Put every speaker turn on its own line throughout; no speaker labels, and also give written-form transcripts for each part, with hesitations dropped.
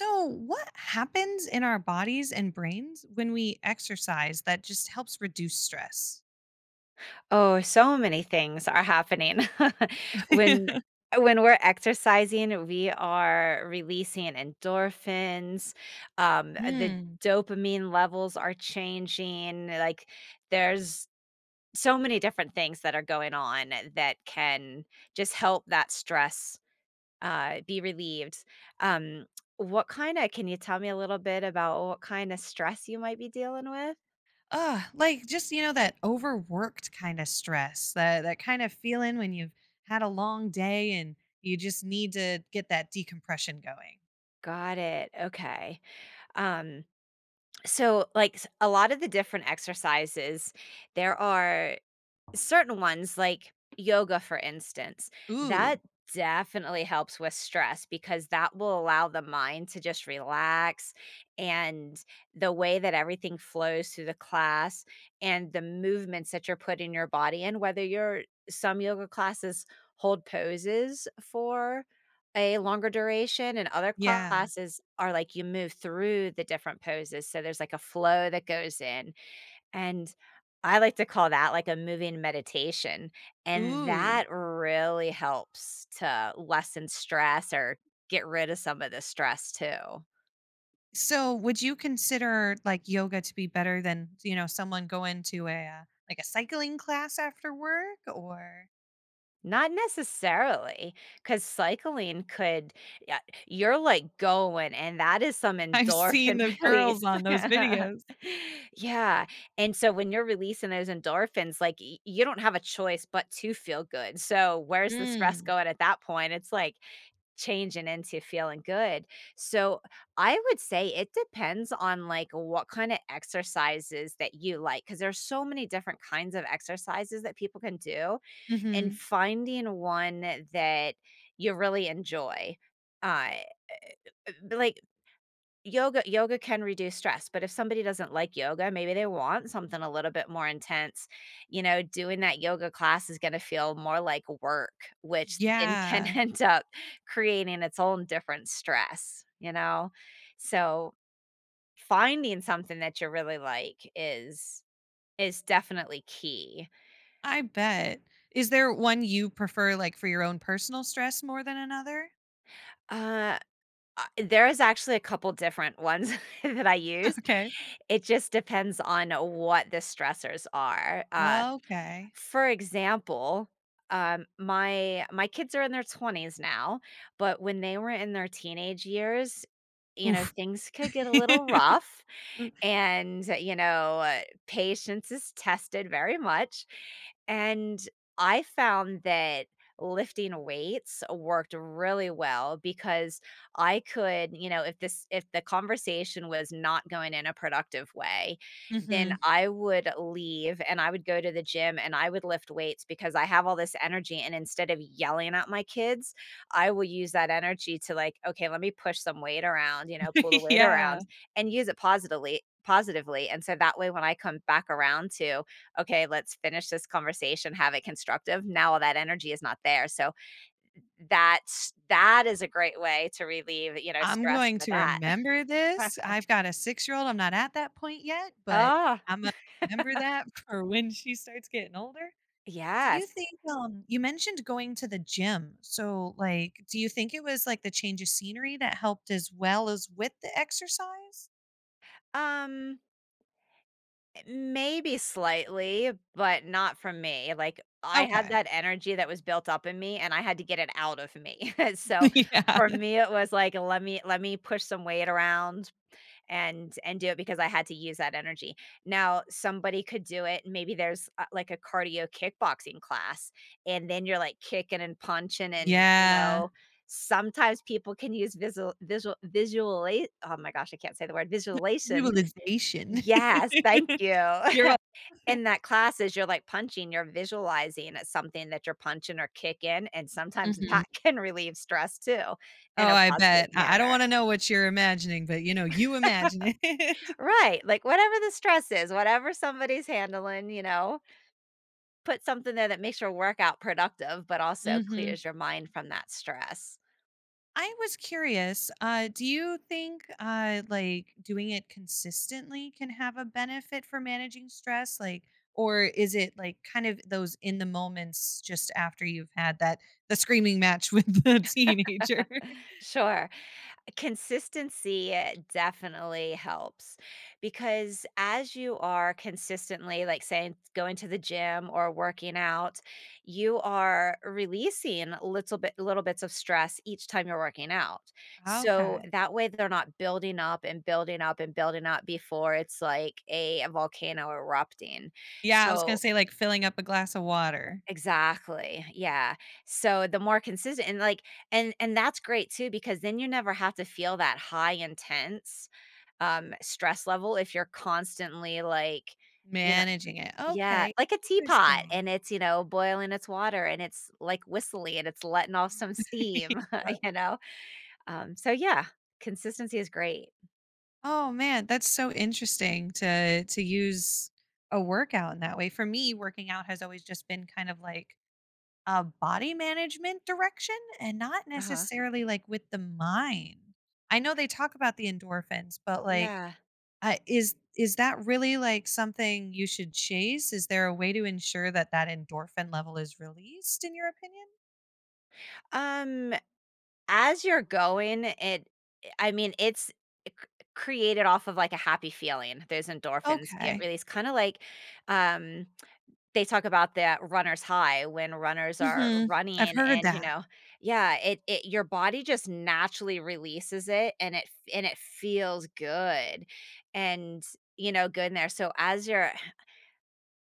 So, what happens in our bodies and brains when we exercise that just helps reduce stress?
Oh, so many things are happening. When when we're exercising, we are releasing endorphins, the
Hmm.
dopamine levels are changing, like, there's so many different things that are going on that can just help that stress, be relieved. Um, what kinda can you tell me a little bit about what kinda stress you might be dealing with?
Ugh, like just that overworked kind of stress, that kind of feeling when you've had a long day and you just need to get that decompression going.
Got it, okay. Um So, like a lot of the different exercises, there are certain ones like yoga for instance
Ooh,
that definitely helps with stress because that will allow the mind to just relax and the way that everything flows through the class and the movements that you're putting your body in whether you're some yoga classes hold poses for a longer duration and other
yeah.
classes are like you move through the different poses so there's like a flow that goes in and I like to call that like a moving meditation, and
Ooh.
that really helps to lessen stress or get rid of some of the stress too.
So, would you consider like yoga to be better than someone going to a like a cycling class after work or?
Not necessarily, because cycling could, yeah, you're like going, and that is some
I've seen
endorphin
the
release.
girls on those videos.
Yeah, and so when you're releasing those endorphins, like, y you don't have a choice but to feel good, so where's the stress
Mm.
going at that point? It's like changing into feeling good. So I would say it depends on like what kind of exercises that you like because there's so many different kinds of exercises that people can do and
Mhm.
finding one that you really enjoy. Uh b- like yoga can reduce stress, but if somebody doesn't like yoga, maybe they want something a little bit more intense. You know, doing that yoga class is gonna feel more like work, which then can
Yeah,
end up creating its own different stress, you know? So, finding something that you really like is definitely key.
I bet. Is there one you prefer, like, for your own personal stress more than another?
Uh, there is actually a couple different ones that I use.
Okay.
It just depends on what the stressors are.
Okay.
For example, my my kids are in their 20s now, but when they were in their teenage years, you know,
Oof.
things could get a little rough, and you know, patience is tested very much. And I found that lifting weights worked really well because I could, you know, if the conversation was not going in a productive way, then
Mhm.
I would leave and I would go to the gym and I would lift weights because I have all this energy, and instead of yelling at my kids, I will use that energy to like, okay, let me push some weight around, you know, pull the weight
Yeah.
around and use it positively, and so that way when I come back around to, "Okay, let's finish this conversation, have it constructive," now all that energy is not there, so that is a great way to relieve, you know,
I'm
stress
going
for
to
that.
remember this. I've got a six-year-old, I'm not at that point yet, but
Oh,
Imma remember that for when she starts getting older. Do you
yes.
think, you mentioned going to the gym. So, like, do you think it was, like, the change of scenery that helped as well as with the exercise?
Um, maybe slightly, but not from me. Like, I had
Okay.
that energy that was built up in me, and I had to get it out of me, so
Yeah.
for me, it was like, let me push some weight around, and do it because I had to use that energy. Now, somebody could do it, maybe there's, like, a cardio kickboxing class, and then you're, like, kicking and punching and, you
Yeah.
know, sometimes people can use visual visual visuala oh my gosh, I can't say the word, visualization.
Visualization.
Yes, thank you.
You're wel
In that class, as you're, like, punching, you're visualizing at something that you're punching or kicking, and sometimes
Mhm.
that can relieve stress too,
Oh,
in a
I
positive
bet. I don't
manner.
wanna know what you're imagining, but, you know, you imagine it.
Right, like, whatever the stress is, whatever somebody's handling, you know, put something there that makes your workout productive, but also
Mhm.
clears your mind from that stress.
I was curious, do you think like doing it consistently can have a benefit for managing stress? Like, or is it like kind of those in the moments just after you've had that the screaming match with the teenager?
Sure. Consistency, definitely helps because as you are consistently, like saying, going to the gym or working out, you are releasing little bits of stress each time you're working out. So
Okay.
that way they're not building up and building up and building up before it's like a volcano erupting.
Yeah, I was gonna
So
say like filling up a glass of water,
exactly. Yeah. So the more consistent and like and that's great too because then you never have to feel that high intense stress level if you're constantly like, you know,
managing it.
yeah,
Okay,
like a teapot
interesting.
and it's, you know, boiling its water and it's like whistling and it's letting off some
Yeah.
steam, you know. So yeah, consistency is great.
Oh man, that's so interesting to use a workout in that way. For me, working out has always just been kind of like a body management direction and not
Uh-huh.
necessarily like with the mind. I know they talk about the endorphins, but like
Yeah.
is that really like something you should chase? Is there a way to ensure that that endorphin level is released in your opinion?
Um as you're going, it I mean, it's c created off of, like, a happy feeling. Those endorphins get
Okay.
released, kinda like, um, they talk about that runner's high when runners are
Mhm. I've
running
heard
and, you
that.
know, yeah, it your body just naturally releases it, and it feels good, and, you know, good in there. So as you're,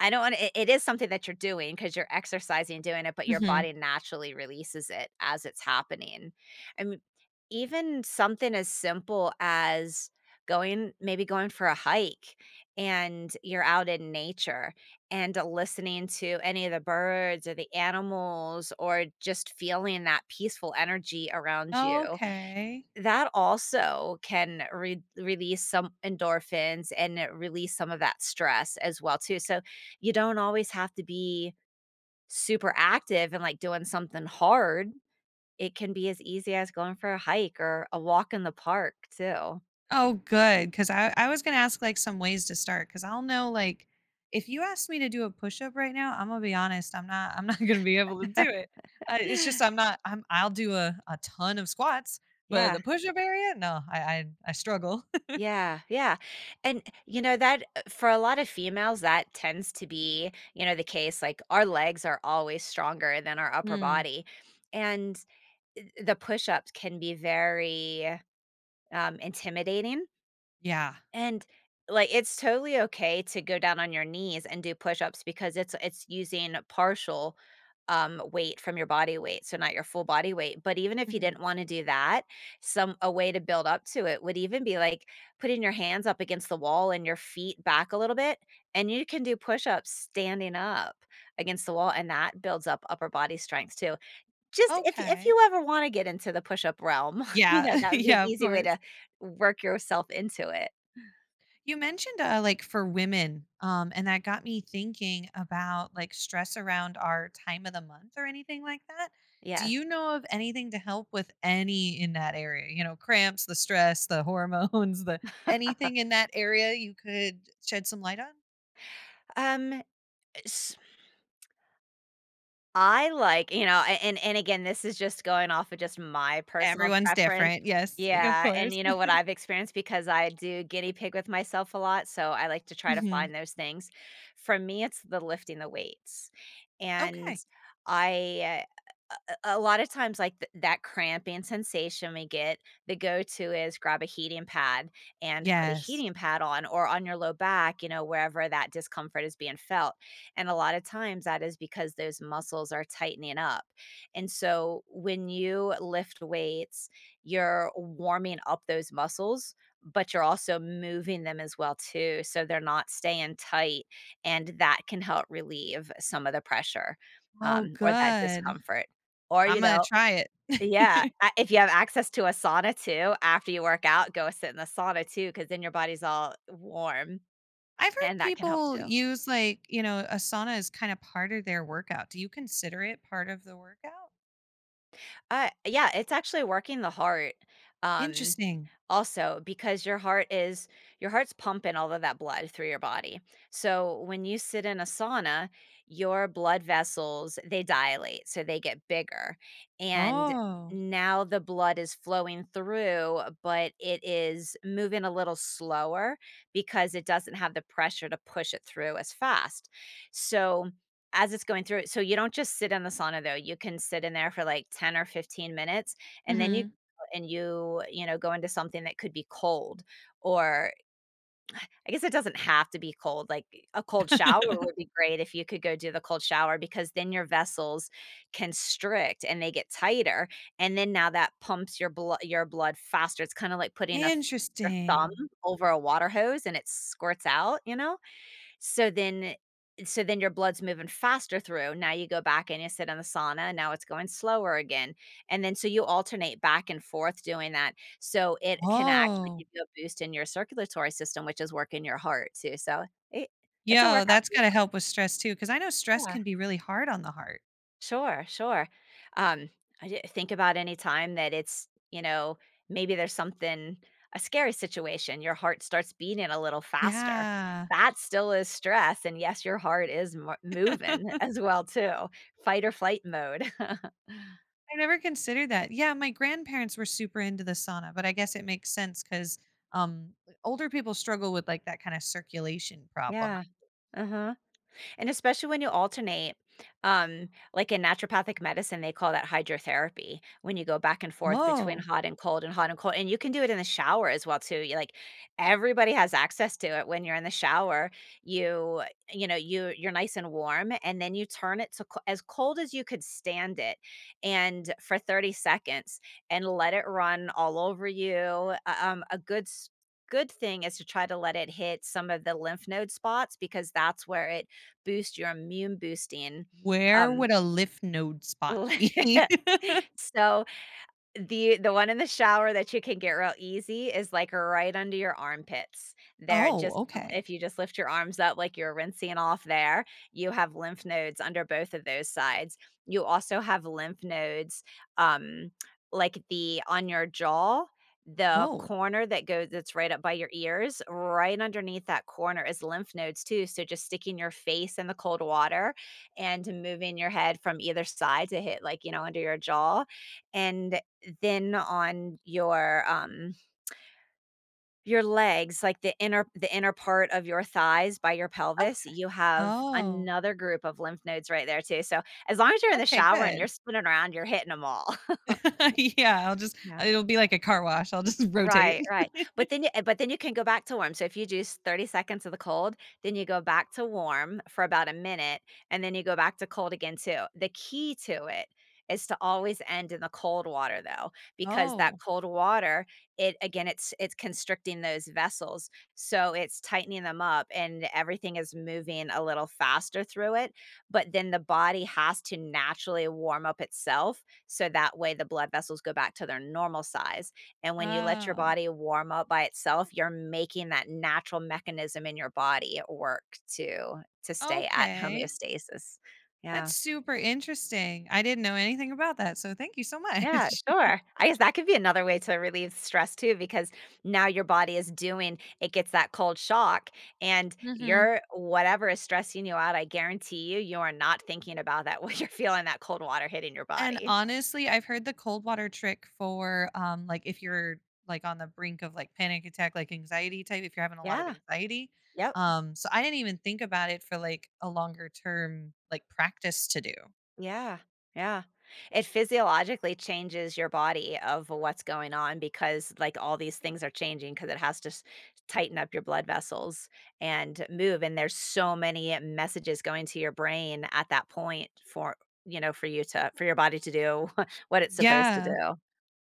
I don't want, it is something that you're doing because 'cause you're exercising doing it, but your
Mhm.
body naturally releases it as it's happening. I mean, even something as simple as going maybe going for a hike, and you're out in nature and listening to any of the birds or the animals or just feeling that peaceful energy around you.
Okay.
That also can re release some endorphins and it release some of that stress as well too, so you don't always have to be super active and, like, doing something hard. It can be as easy as going for a hike or a walk in the park too.
Oh, good. Cause I was gonna ask like some ways to start because I'll know like if you asked me to do a push up right now, I'm gonna be honest, I'm not gonna be able to do it. I, it's just I'm not I'm I'll do a ton of squats, but
Yeah,
the push up area, no, I struggle.
yeah, yeah, and, you know, that for a lot of females, that tends to be, you know, the case, like, our legs are always stronger than our upper
Mm,
body, and the push-ups can be very, intimidating,
yeah.
and, like, it's totally okay to go down on your knees and do push-ups because it's using partial, weight from your body weight, so not your full body weight. But even if you
Mhm.
didn't wanna do that, some a way to build up to it would even be, like, putting your hands up against the wall and your feet back a little bit, and you can do push-ups standing up against the wall, and that builds up upper body strength too. Just if
Okay.
you ever wanna get into the push-up realm, you know,
Yeah.
that would be an
yeah, of
easy way
course.
to work yourself into it.
You mentioned like for women, and that got me thinking about like stress around our time of the month or anything like that. Do
Yes.
you know of anything to help with any in that area? You know, cramps, the stress, the hormones, the anything in that area you could shed some light on?
Um, s I like, you know, a and again, this is just going off of just my personal
Everyone's
preference.
different. Yes, of
Yeah, and
course.
you know what I've experienced because I do guinea pig with myself a lot, so I like to try to
Mhm.
find those things. For me, it's the lifting the weights, and
Okay.
I a lot of times, like, th that cramping sensation we get, the go-to is grab a heating pad and put a
Yes.
heating pad on or on your low back, you know, wherever that discomfort is being felt, and a lot of times, that is because those muscles are tightening up, and so when you lift weights, you're warming up those muscles, but you're also moving them as well too, so they're not staying tight, and that can help relieve some of the pressure,
Oh,
or that
good.
discomfort. Or,
I'm
you
going to
know,
try
yeah,
it.
a if you have access to a sauna too, after you work out, go sit in the sauna too. Because then your body's all warm,
I've heard
and that can help
people
too.
use like, you know, a sauna is kind of part of their workout. Do you consider it part of the workout?
Yeah, it's actually working the heart. Um,
Interesting.
also because your heart's pumping all of that blood through your body. So when you sit in a sauna, your blood vessels, they dilate, so they get bigger. And
Oh.
now the blood is flowing through, but it is moving a little slower because it doesn't have the pressure to push it through as fast. So as it's going through it, so you don't just sit in the sauna though, you can sit in there for like 10 or 15 minutes, and then
Mhm.
you, you know, go into something that could be cold, or I guess it doesn't have to be cold, like, a cold shower would be great if you could go do the cold shower because then your vessels constrict and they get tighter, and then now that pumps your blood faster. It's kinda like putting a th your thumb
Interesting.
over a water hose and it squirts out, you know? So then so then your blood's moving faster through. Now you go back and you sit in the sauna, now it's going slower again. And then so you alternate back and forth doing that. So it can actually
Oh.
give you a boost in your circulatory system, which is working your heart too. So it it's a
Yo,
workout.
that's gotta help with stress too, because I know stress
Yeah.
can be really hard on the heart.
Sure, sure. Um, I di think about any time that it's maybe there's something a scary situation, your heart starts beating a little faster.
Yeah.
That still is stress, and yes, your heart is mo moving as well too, fight or flight mode.
I never considered that. Yeah, my grandparents were super into the sauna, but I guess it makes sense 'cause, um, older people struggle with like that kind of circulation problem.
Yeah, uh-huh. And especially when you alternate, like in naturopathic medicine, they call that hydrotherapy when you go back and forth between
Oh.
hot and cold and hot and cold. And you can do it in the shower as well too. You like everybody has access to it when you're in the shower. You you know you're nice and warm, and then you turn it to as cold as you could stand it, and for 30 seconds, and let it run all over you. A good thing is to try to let it hit some of the lymph node spots because that's where it boost your immune boosting,
Where
um,
would a lymph node spot be?
so, the one in the shower that you can get real easy is, like, right under your armpits. There
Oh,
just
okay.
if you just lift your arms up like you're rinsing off there, you have lymph nodes under both of those sides. You also have lymph nodes, um, like, the on your jaw, the
Oh.
corner that goes that's right up by your ears, right underneath that corner is lymph nodes too, so just sticking your face in the cold water and moving your head from either side to hit, like, you know, under your jaw, and then on your legs, like the inner part of your thighs by your pelvis,
Okay.
you have
Oh,
another group of lymph nodes right there too. So as long as you're in the
okay,
shower and
good.
you're spinning around, you're hitting them all.
Yeah, I'll just
Yeah.
it'll be like a car wash, I'll just rotate.
Right, right. But then you can go back to warm. So if you juice 30 seconds of the cold, then you go back to warm for about a minute and then you go back to cold again too. The key to it is to always end in the cold water though, because that
Oh.
cold water, it again it's constricting those vessels. So it's tightening them up and everything is moving a little faster through it, but then the body has to naturally warm up itself so that way the blood vessels go back to their normal size, and when you let your
Oh,
body warm up by itself, you're making that natural mechanism in your body work to stay at
okay.
homeostasis. Yeah.
That's super interesting. I didn't know anything about that, so thank you so
Yeah,
much.
sure. I guess that could be another way to relieve stress too, because now your body is doing it gets that cold shock and
Mhm.
your whatever is stressing you out, I guarantee you, you are not thinking about that when you're feeling that cold water hitting your
And
body.
honestly, I've heard the cold water trick for, like, if you're, like, on the brink of, like, panic attack, like, anxiety type, if you're having a lot of
Yeah.
anxiety.
Yep.
So I didn't even think about it for, like, a longer term, like, practice to do.
Yeah. Yeah. It physiologically changes your body of what's going on because like all these things are changing because it has to tighten up your blood vessels and move, and there's so many messages going to your brain at that point for you know for you to for your body to do what it's supposed to
Yeah,
do.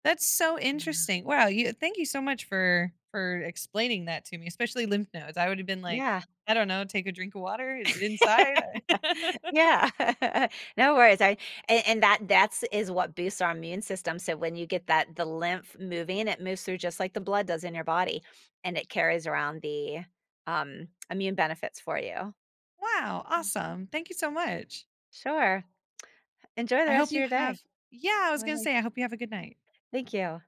that's so
Yeah.
interesting. Wow, you thank you so much for explaining that to me, especially lymph nodes. I would have been like,
Yeah.
I don't know, take a drink of water. Is it inside?
Yeah. No worries. I and that that's is what boosts our immune system, so when you get that the lymph moving, it moves through just like the blood does in your body, and it carries around the, immune benefits for you.
Wow, awesome. Thank you so much.
Sure. Enjoy the
I hope
rest of
you
your
have
day.
Yeah, I was
Well,
gonna say, I hope you have a good night.
thank you.